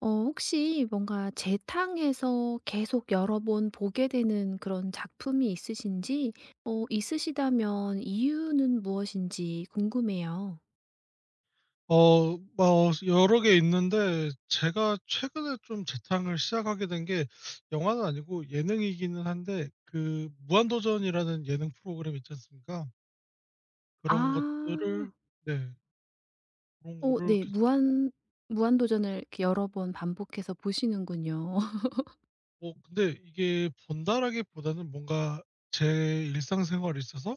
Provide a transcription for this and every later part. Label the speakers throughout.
Speaker 1: 어 혹시 뭔가 재탕해서 계속 여러 번 보게 되는 그런 작품이 있으신지 있으시다면 이유는 무엇인지 궁금해요.
Speaker 2: 뭐 여러 개 있는데 제가 최근에 좀 재탕을 시작하게 된 게, 영화는 아니고 예능이기는 한데, 그 무한도전이라는 예능 프로그램 있지 않습니까?
Speaker 1: 아.
Speaker 2: 그런 것들을, 네, 그런
Speaker 1: 어,
Speaker 2: 거를
Speaker 1: 네.
Speaker 2: 계속.
Speaker 1: 무한도전을 이렇게 여러 번 반복해서 보시는군요.
Speaker 2: 뭐 근데 이게 본다라기보다는 뭔가 제 일상생활에 있어서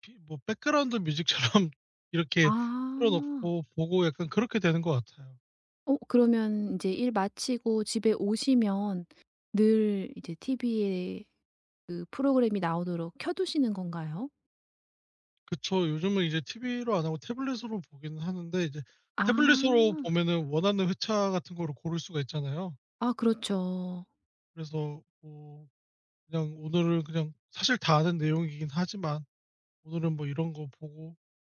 Speaker 2: 비 뭐 백그라운드 뮤직처럼 이렇게 틀어
Speaker 1: 아.
Speaker 2: 놓고 보고, 약간 그렇게 되는 것 같아요.
Speaker 1: 어 그러면 이제 일 마치고 집에 오시면 늘 이제 TV에 그 프로그램이 나오도록 켜 두시는 건가요?
Speaker 2: 그쵸. 요즘은 이제 TV로 안 하고 태블릿으로 보기는 하는데, 이제
Speaker 1: 아.
Speaker 2: 태블릿으로 보면은 원하는 회차 같은 거를 고를 수가 있잖아요.
Speaker 1: 아 그렇죠.
Speaker 2: 그래서 뭐 그냥, 오늘은 그냥 사실 다 아는 내용이긴 하지만 오늘은 뭐 이런 거 보고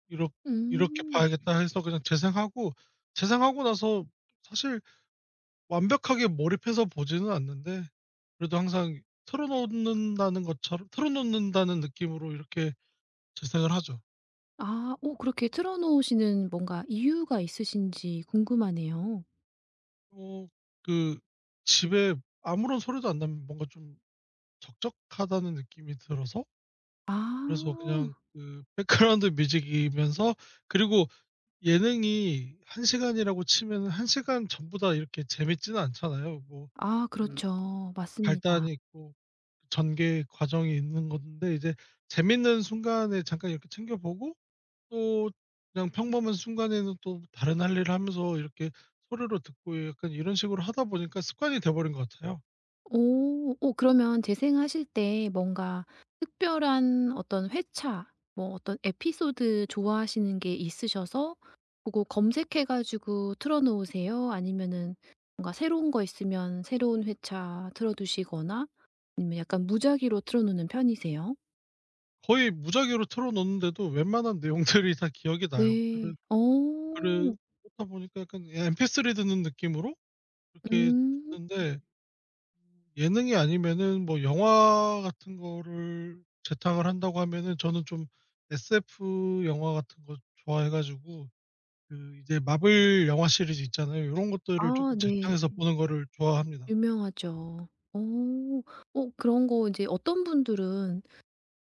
Speaker 2: 이렇 이렇게
Speaker 1: 음.
Speaker 2: 봐야겠다 해서 그냥 재생하고, 재생하고 나서 사실 완벽하게 몰입해서 보지는 않는데, 그래도 항상 틀어 놓는다는 것처럼, 틀어 놓는다는 느낌으로 이렇게 재생을 하죠.
Speaker 1: 아. 오, 그렇게 틀어 놓으시는 뭔가 이유가 있으신지 궁금하네요.
Speaker 2: 어 그 집에 아무런 소리도 안 나면 뭔가 좀 적적하다는 느낌이 들어서.
Speaker 1: 아.
Speaker 2: 그래서 그냥 그 백그라운드 뮤직이면서, 그리고 예능이 한 시간이라고 치면 한 시간 전부 다 이렇게 재밌지는 않잖아요. 뭐
Speaker 1: 아
Speaker 2: 그
Speaker 1: 그렇죠. 맞습니다.
Speaker 2: 발단이 있고 전개 과정이 있는 건데, 이제 재밌는 순간에 잠깐 이렇게 챙겨 보고, 또 그냥 평범한 순간에는 또 다른 할 일을 하면서 이렇게 소리로 듣고, 약간 이런 식으로 하다 보니까 습관이 돼 버린 것 같아요.
Speaker 1: 오. 오 그러면 재생하실 때 뭔가 특별한 어떤 회차 뭐 어떤 에피소드 좋아하시는 게 있으셔서 그거 검색해 가지고 틀어 놓으세요? 아니면은 뭔가 새로운 거 있으면 새로운 회차 틀어 두시거나 아니면 약간 무작위로 틀어 놓는 편이세요?
Speaker 2: 거의 무작위로 틀어 놓는데도 웬만한 내용들이 다 기억이 나요. 그래
Speaker 1: 네.
Speaker 2: 그래
Speaker 1: 오.
Speaker 2: 그렇다 보니까 약간, 예, MP3 듣는 느낌으로 이렇게
Speaker 1: 음.
Speaker 2: 듣는데, 예능이 아니면은 뭐 영화 같은 거를 재탕을 한다고 하면은, 저는 좀 SF 영화 같은 거 좋아해 가지고 그 이제 마블 영화 시리즈 있잖아요. 요런 것들을
Speaker 1: 아
Speaker 2: 쪼끔
Speaker 1: 네.
Speaker 2: 재탕해서 보는 거를 좋아합니다.
Speaker 1: 유명하죠. 어. 어 그런 거 인제 어떤 분들은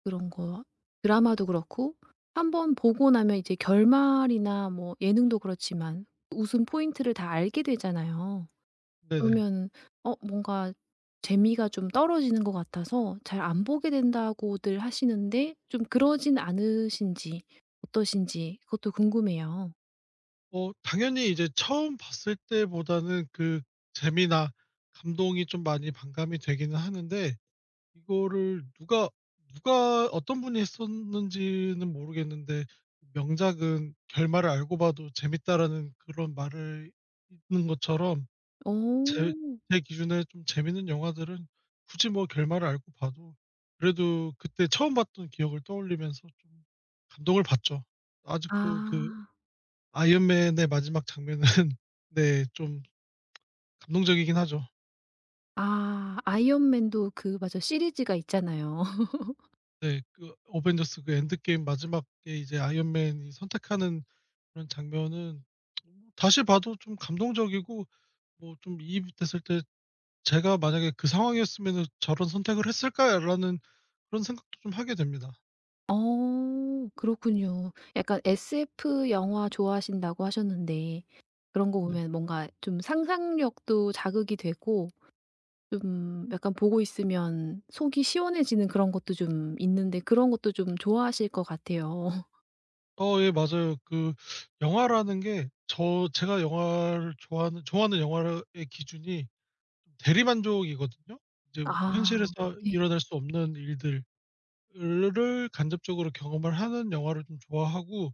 Speaker 1: 그런 거 드라마도 그렇고 한 번 보고 나면 이제 결말이나 뭐 예능도 그렇지만 웃음 포인트를 다 알게 되잖아요.
Speaker 2: 네네.
Speaker 1: 그러면 뭔가 재미가 좀 떨어지는 것 같아서 잘 안 보게 된다고들 하시는데 좀 그러진 않으신지 어떠신지 그것도 궁금해요.
Speaker 2: 당연히 이제 처음 봤을 때보다는 그 재미나 감동이 좀 많이 반감이 되기는 하는데, 이거를 누가 어떤 분이 했었는지는 모르겠는데, 명작은 결말을 알고 봐도 재밌다라는 그런 말을 있는 것처럼,
Speaker 1: 어.
Speaker 2: 제 제 기준에 좀 재밌는 영화들은 굳이 뭐 결말을 알고 봐도 그래도 그때 처음 봤던 기억을 떠올리면서 좀 감동을 받죠. 아직도 그
Speaker 1: 아.
Speaker 2: 아이언맨의 마지막 장면은 네, 좀 감동적이긴 하죠.
Speaker 1: 아 아이언맨도 그 맞아 시리즈가 있잖아요.
Speaker 2: 네. 그 어벤져스, 그 엔드게임 마지막에 이제 아이언맨이 선택하는 그런 장면은 뭐 다시 봐도 좀 감동적이고, 뭐 좀 이입이 됐을 때 '제가 만약에 그 상황이었으면은 저런 선택을 했을까?'라는 그런 생각도 좀 하게 됩니다.
Speaker 1: 어 그렇군요. 약간 SF 영화 좋아하신다고 하셨는데 그런 거
Speaker 2: 네.
Speaker 1: 보면 뭔가 좀 상상력도 자극이 되고 좀 약간 보고 있으면 속이 시원해지는 그런 것도 좀 있는데 그런 것도 좀 좋아하실 것 같아요.
Speaker 2: 예, 맞아요. 그 영화라는 게 제가 영화를 좋아하는 영화의 기준이 좀 대리만족이거든요. 이제
Speaker 1: 아
Speaker 2: 현실에서
Speaker 1: 네.
Speaker 2: 일어날 수 없는 일들을 간접적으로 경험을 하는 영화를 좀 좋아하고,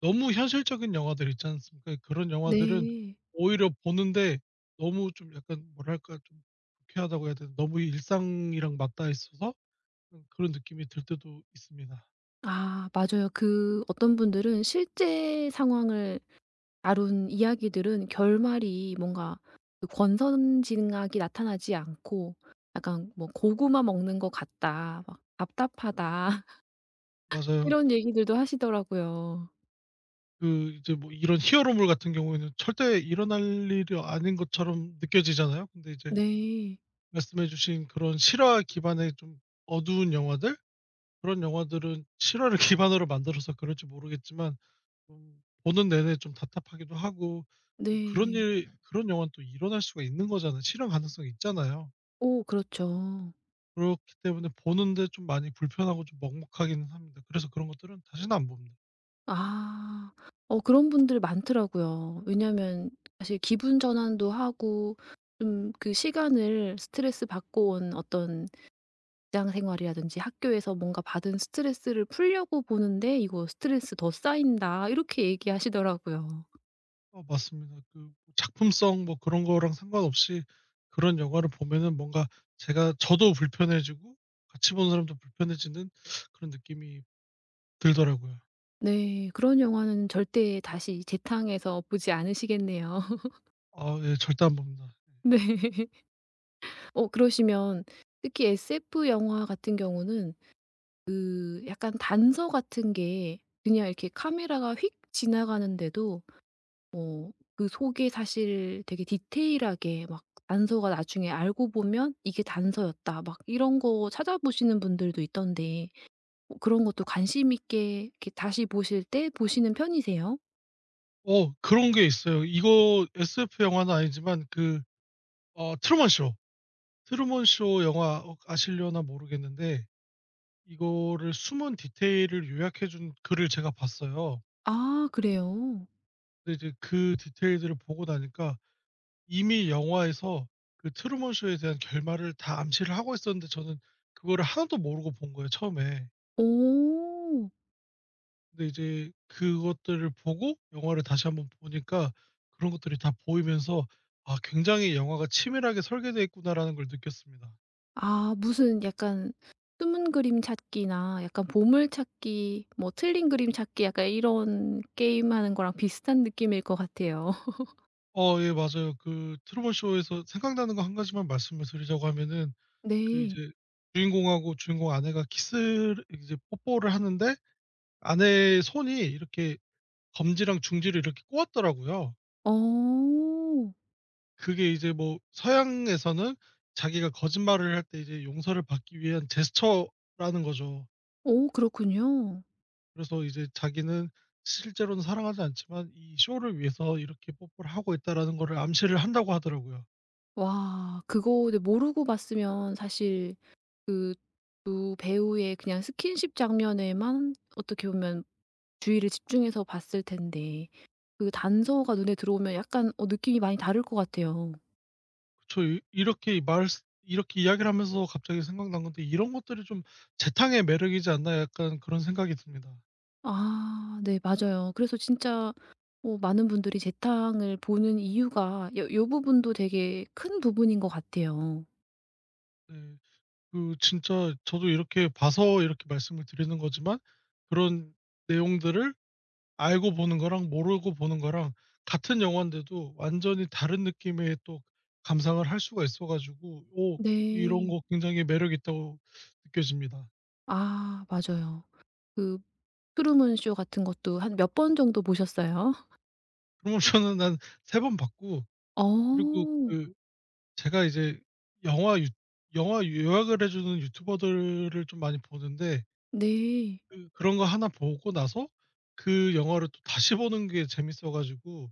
Speaker 2: 너무 현실적인 영화들 있지 않습니까? 그런 영화들은
Speaker 1: 네.
Speaker 2: 오히려 보는데 너무 좀 약간 뭐랄까, 좀 불쾌하다고 해야 되나? 너무 일상이랑 맞닿아 있어서 그런 느낌이 들 때도 있습니다.
Speaker 1: 아 맞아요. 그 어떤 분들은 실제 상황을 다룬 이야기들은 결말이 뭔가 그 권선징악이 나타나지 않고 약간 뭐 "고구마 먹는 것 같다." 막 "답답하다."
Speaker 2: 맞아요.
Speaker 1: 이런 얘기들도 하시더라고요.
Speaker 2: 그 이제 뭐 이런 히어로물 같은 경우에는 절대 일어날 일이 아닌 것처럼 느껴지잖아요. 근데 이제
Speaker 1: 네.
Speaker 2: 말씀해 주신 그런 실화 기반의 좀 어두운 영화들, 그런 영화들은 실화를 기반으로 만들어서 그럴지 모르겠지만 좀 보는 내내 좀 답답하기도 하고, 또
Speaker 1: 네.
Speaker 2: 그런 영화는 또 일어날 수가 있는 거잖아요. 실현 가능성이 있잖아요.
Speaker 1: 오, 그렇죠.
Speaker 2: 그렇기 때문에 보는데 좀 많이 불편하고 좀 먹먹하기는 합니다. 그래서 그런 것들은 다시는 안 봅니다.
Speaker 1: 아. 어 그런 분들 많더라고요. 왜냐면 사실 기분 전환도 하고 좀 그 시간을 스트레스 받고 온 어떤 직장 생활이라든지 학교에서 뭔가 받은 스트레스를 풀려고 보는데 "이거 스트레스 더 쌓인다." 이렇게 얘기하시더라고요.
Speaker 2: 맞습니다. 그 뭐 작품성 뭐 그런 거랑 상관없이 그런 영화를 보면은 뭔가 제가 저도 불편해지고 같이 보는 사람도 불편해지는 그런 느낌이 들더라고요.
Speaker 1: 네. 그런 영화는 절대 다시 재탕해서 보지 않으시겠네요.
Speaker 2: 아, 예, 절대 안 봅니다.
Speaker 1: 네. 어 그러시면 특히 SF 영화 같은 경우는 그 약간 단서 같은 게 그냥 이렇게 카메라가 휙 지나가는데도 어 그 속에 사실 되게 디테일하게 막 단서가 나중에 알고 보면 '이게 단서였다.' 막 이런 거 찾아보시는 분들도 있던데 뭐 그런 것도 관심 있게 이렇게 다시 보실 때 보시는 편이세요?
Speaker 2: 그런 게 있어요. 이거 SF 영화는 아니지만 그, 트루먼 쇼. 트루먼 쇼 영화 아시려나 모르겠는데, 이거를 숨은 디테일을 요약해 준 글을 제가 봤어요.
Speaker 1: 아 그래요?
Speaker 2: 근데 이제 그 디테일들을 보고 나니까 이미 영화에서 그 트루먼 쇼에 대한 결말을 다 암시를 하고 있었는데 저는 그거를 하나도 모르고 본 거예요, 처음에.
Speaker 1: 오!
Speaker 2: 근데 이제 그것들을 보고 영화를 다시 한번 보니까 그런 것들이 다 보이면서 '아 굉장히 영화가 치밀하게 설계되어 있구나.'라는 걸 느꼈습니다.
Speaker 1: 아 무슨 약간 숨은 그림 찾기나 약간 보물찾기 뭐 틀린 그림 찾기 약간 이런 게임하는 거랑 비슷한 느낌일 것 같아요.
Speaker 2: 예, 맞아요. 그 트루먼 쇼에서 생각나는 거 한 가지만 말씀을 드리자고 하면은, 그
Speaker 1: 네.
Speaker 2: 이제 주인공하고 주인공 아내가 키스를, 이제 뽀뽀를 하는데 아내의 손이 이렇게 검지랑 중지를 이렇게 꼬았더라고요.
Speaker 1: 어.
Speaker 2: 그게 이제 뭐 서양에서는 자기가 거짓말을 할 때 이제 용서를 받기 위한 제스처라는 거죠.
Speaker 1: 오 그렇군요.
Speaker 2: 그래서 이제 자기는 실제로는 사랑하지 않지만 이 쇼를 위해서 이렇게 뽀뽀를 하고 있다라는 거를 암시를 한다고 하더라고요.
Speaker 1: 와, 그거를 모르고 봤으면 사실 그 두 배우의 그냥 스킨십 장면에만 어떻게 보면 주의를 집중해서 봤을 텐데 그 단서가 눈에 들어오면 약간 느낌이 많이 다를 것 같아요.
Speaker 2: 이렇게 이 말 이렇게 이야기를 하면서 갑자기 생각난 건데, 이런 것들이 좀 재탕의 매력이지 않나, 약간 그런 생각이 듭니다.
Speaker 1: 아 네 맞아요. 그래서 진짜 많은 분들이 재탕을 보는 이유가 요 요 부분도 되게 큰 부분인 것 같아요.
Speaker 2: 네, 그 진짜 저도 이렇게 봐서 이렇게 말씀을 드리는 거지만, 그런 내용들을 알고 보는 거랑 모르고 보는 거랑 같은 영화인데도 완전히 다른 느낌의 또 감상을 할 수가 있어 가지고, 오! 이런
Speaker 1: 네.
Speaker 2: 거 굉장히 매력 있다고 느껴집니다.
Speaker 1: 아 맞아요. 그 트루먼 쇼 같은 것도 한 몇 번 정도 보셨어요?
Speaker 2: 그럼 모션은 한 세 번 봤고, 그리고
Speaker 1: 어.
Speaker 2: 그 제가 이제 영화 유 영화 요약을 해 주는 유튜버들을 좀 많이 보는데,
Speaker 1: 네.
Speaker 2: 그 그런 거 하나 보고 나서 그 영화를 또 다시 보는 게 재밌어 가지고.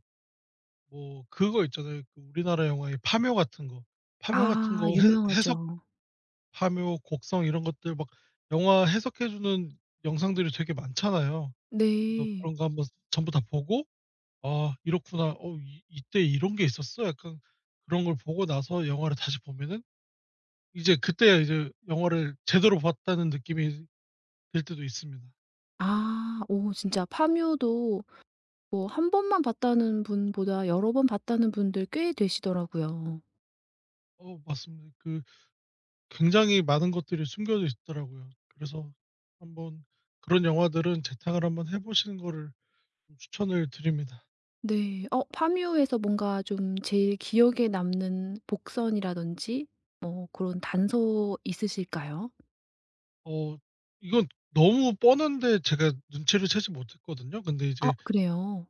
Speaker 2: 뭐 그거 있잖아요. 그 우리나라 영화의 파묘 같은 거. 파묘 같은
Speaker 1: 아
Speaker 2: 거 해 해석.
Speaker 1: 유명하죠.
Speaker 2: 파묘, 곡성 이런 것들 막 영화 해석해 주는 영상들이 되게 많잖아요. 그래서
Speaker 1: 네.
Speaker 2: 그런 거 한번 전부 다 보고 '아 이렇구나. 어 이 이때 이런 게 있었어?' 약간 그런 걸 보고 나서 영화를 다시 보면은 이제 그때야 이제 영화를 제대로 봤다는 느낌이 들 때도 있습니다.
Speaker 1: 아. 오, 진짜 파묘도 뭐 한 번만 봤다는 분보다 여러 번 봤다는 분들 꽤 되시더라고요.
Speaker 2: 맞습니다. 그 굉장히 많은 것들이 숨겨져 있더라고요. 그래서 한번 그런 영화들은 재탕을 한번 해 보시는 거를 좀 추천을 드립니다.
Speaker 1: 네. 어, 파묘에서 뭔가 좀 제일 기억에 남는 복선이라든지 뭐 그런 단서 있으실까요?
Speaker 2: 어 이건 너무 뻔한데 제가 눈치를 채지 못했거든요. 근데
Speaker 1: 아
Speaker 2: 이제
Speaker 1: 그래요?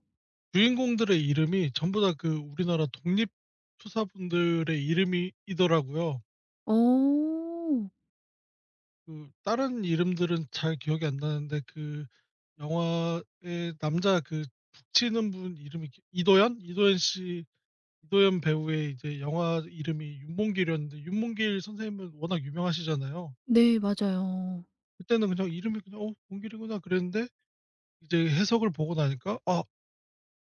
Speaker 2: 주인공들의 이름이 전부 다 그 우리나라 독립 투사분들의 이름이 더라고요
Speaker 1: 어.
Speaker 2: 그 다른 이름들은 잘 기억이 안 나는데 그 영화의 남자 그 북치는 분 이름이 기 이도현? 이도현 씨, 이도현 배우의 이제 영화 이름이 윤몽길이었는데, 윤몽길 선생님은 워낙 유명하시잖아요.
Speaker 1: 네 맞아요.
Speaker 2: 그때는 그냥 이름이 그냥 '어 몽길이구나.' 그랬는데, 이제 해석을 보고 나니까 '아,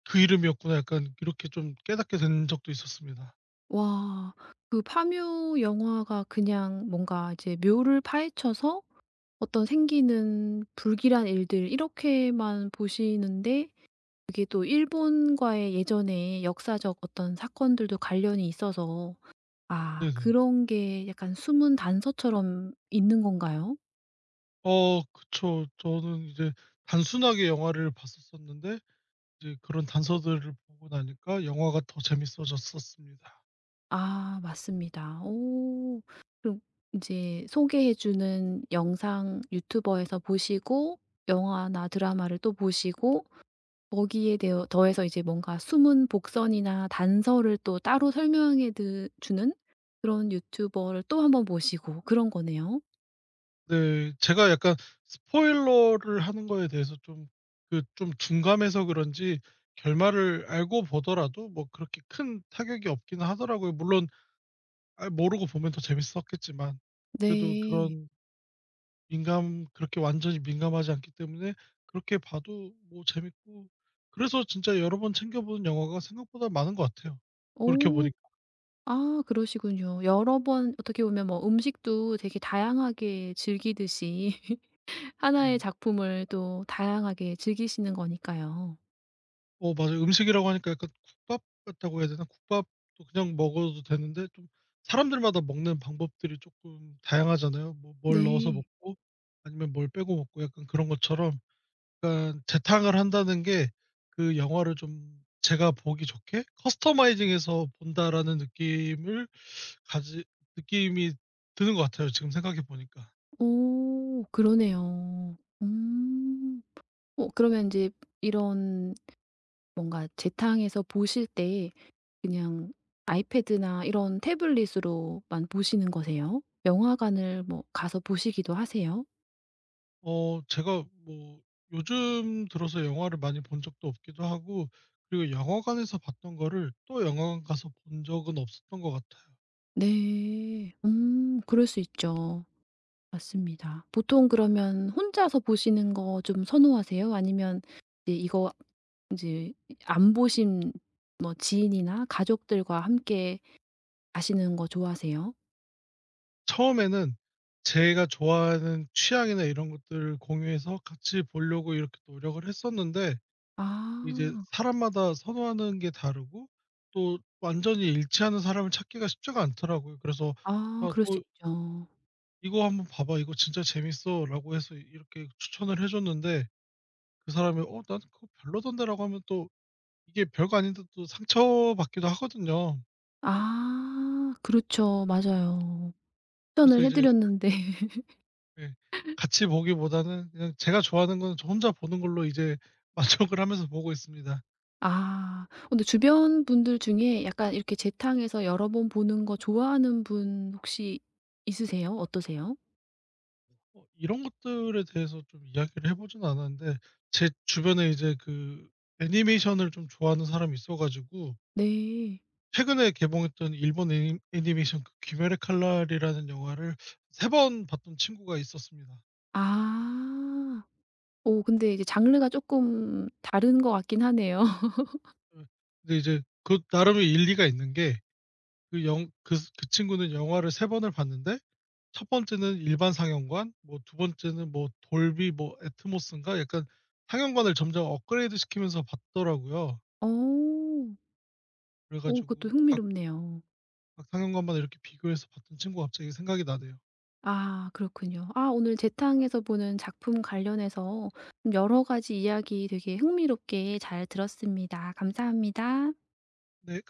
Speaker 2: 그 이름이었구나.' 약간 이렇게 좀 깨닫게 된 적도 있었습니다.
Speaker 1: 와. 그 파묘 영화가 그냥 뭔가 이제 묘를 파헤쳐서 어떤 생기는 불길한 일들 이렇게만 보시는데 그게 또 일본과의 예전의 역사적 어떤 사건들도 관련이 있어서 아
Speaker 2: 네네.
Speaker 1: 그런 게 약간 숨은 단서처럼 있는 건가요?
Speaker 2: 그쵸. 저는 이제 단순하게 영화를 봤었었는데 이제 그런 단서들을 보고 나니까 영화가 더 재밌어졌었습니다.
Speaker 1: 아 맞습니다. 오. 그럼 인제 소개해 주는 영상 유튜버에서 보시고 영화나 드라마를 또 보시고 거기에 대어 더해서 이제 뭔가 숨은 복선이나 단서를 또 따로 설명해 드 주는 그런 유튜버를 또 한 번 모시고 그런 거네요.
Speaker 2: 네. 제가 약간 스포일러를 하는 거에 대해서 좀, 그 좀 둔감해서 그런지 결말을 알고 보더라도 뭐 그렇게 큰 타격이 없기는 하더라고요. 물론 아, 모르고 보면 더 재밌었겠지만 그래도
Speaker 1: 네.
Speaker 2: 그런 민감 그렇게 완전히 민감하지 않기 때문에 그렇게 봐도 뭐 재밌고, 그래서 진짜 여러 번 챙겨 보는 영화가 생각보다 많은 것 같아요, 돌이켜
Speaker 1: 어.
Speaker 2: 보니까.
Speaker 1: 아 그러시군요. 여러 번 어떻게 보면 뭐 음식도 되게 다양하게 즐기듯이
Speaker 2: 네.
Speaker 1: 하나의 작품을 또 다양하게 즐기시는 거니까요.
Speaker 2: 맞아요. 음식이라고 하니까 약간 국밥 같다고 해야 되나? 국밥도 그냥 먹어도 되는데 좀 사람들마다 먹는 방법들이 조금 다양하잖아요. 뭐 뭘 넣어서
Speaker 1: 네.
Speaker 2: 먹고 아니면 뭘 빼고 먹고, 약간 그런 것처럼, 약간 재탕을 한다는 게 그 영화를 좀 제가 보기 좋게 '커스터마이징해서 본다.'라는 느낌을 가지 느낌이 드는 것 같아요, 지금 생각해 보니까.
Speaker 1: 어 그러네요. 음. 어 그러면 인제 이런 뭔가 재탕에서 보실 때 그냥 아이패드나 이런 태블릿으로만 보시는 거세요? 영화관을 뭐 가서 보시기도 하세요?
Speaker 2: 제가 뭐 요즘 들어서 영화를 많이 본 적도 없기도 하고, 그리고 영화관에서 봤던 거를 또 영화관 가서 본 적은 없었던 것 같아요.
Speaker 1: 네. 그럴 수 있죠. 맞습니다. 보통 그러면 혼자서 보시는 거 좀 선호하세요? 아니면 이제 이거 제안 보신 뭐 지인이나 가족들과 함께 가시는 거 좋아하세요?
Speaker 2: 처음에는 제가 좋아하는 취향이나 이런 것들을 공유해서 같이 보려고 이렇게 노력을 했었는데, 이제
Speaker 1: 아.
Speaker 2: 사람마다 선호하는 게 다르고 또 완전히 일치하는 사람을 찾기가 쉽지가 않더라고요. 그래서
Speaker 1: 아
Speaker 2: 아
Speaker 1: 그럴 수
Speaker 2: 또
Speaker 1: 있죠.
Speaker 2: "이거 한번 봐 봐. 이거 진짜 재밌어."라고 해서 이렇게 추천을 해 줬는데, 그 사람이 "어 난 그거 별로던데."라고 하면 또 이게 별거 아닌데 또 상처받기도 하거든요.
Speaker 1: 아 그렇죠. 맞아요.
Speaker 2: 그래서
Speaker 1: 추천을 해
Speaker 2: 이제,
Speaker 1: 드렸는데
Speaker 2: 예, 같이 보기보다는 그냥 제가 좋아하는 거는 저 혼자 보는 걸로 이제 만족을 하면서 보고 있습니다.
Speaker 1: 아. 어, 근데 주변 분들 중에 약간 이렇게 재탕에서 여러 번 보는 거 좋아하는 분 혹시 있으세요? 어떠세요?
Speaker 2: 이런 것들에 대해서 좀 이야기를 해 보진 않았는데, 제 주변에 이제 그 애니메이션을 좀 좋아하는 사람이 있어 가지고
Speaker 1: 네.
Speaker 2: 최근에 개봉했던 일본 애니메이션 그 귀멸의 칼날이라는 영화를 세 번 봤던 친구가 있었습니다.
Speaker 1: 아. 오, 근데 이제 장르가 조금 다른 것 같긴 하네요.
Speaker 2: 예. 근데 이제 그 나름의 일리가 있는 게, 그 영 그 그 친구는 영화를 세 번을 봤는데, 첫 번째는 일반 상영관, 뭐 두 번째는 뭐 돌비 뭐 애트모스인가, 약간 상영관을 점점 업그레이드 시키면서 봤더라고요.
Speaker 1: 오.
Speaker 2: 그래
Speaker 1: 오,
Speaker 2: 가지고
Speaker 1: 그것도 흥미롭네요.
Speaker 2: 각 상영관마다 이렇게 비교해서 봤던 친구가 갑자기 생각이 나네요.
Speaker 1: 아 그렇군요. 아 오늘 재탕에서 보는 작품 관련해서 여러 가지 이야기 되게 흥미롭게 잘 들었습니다. 감사합니다.
Speaker 2: 네. 감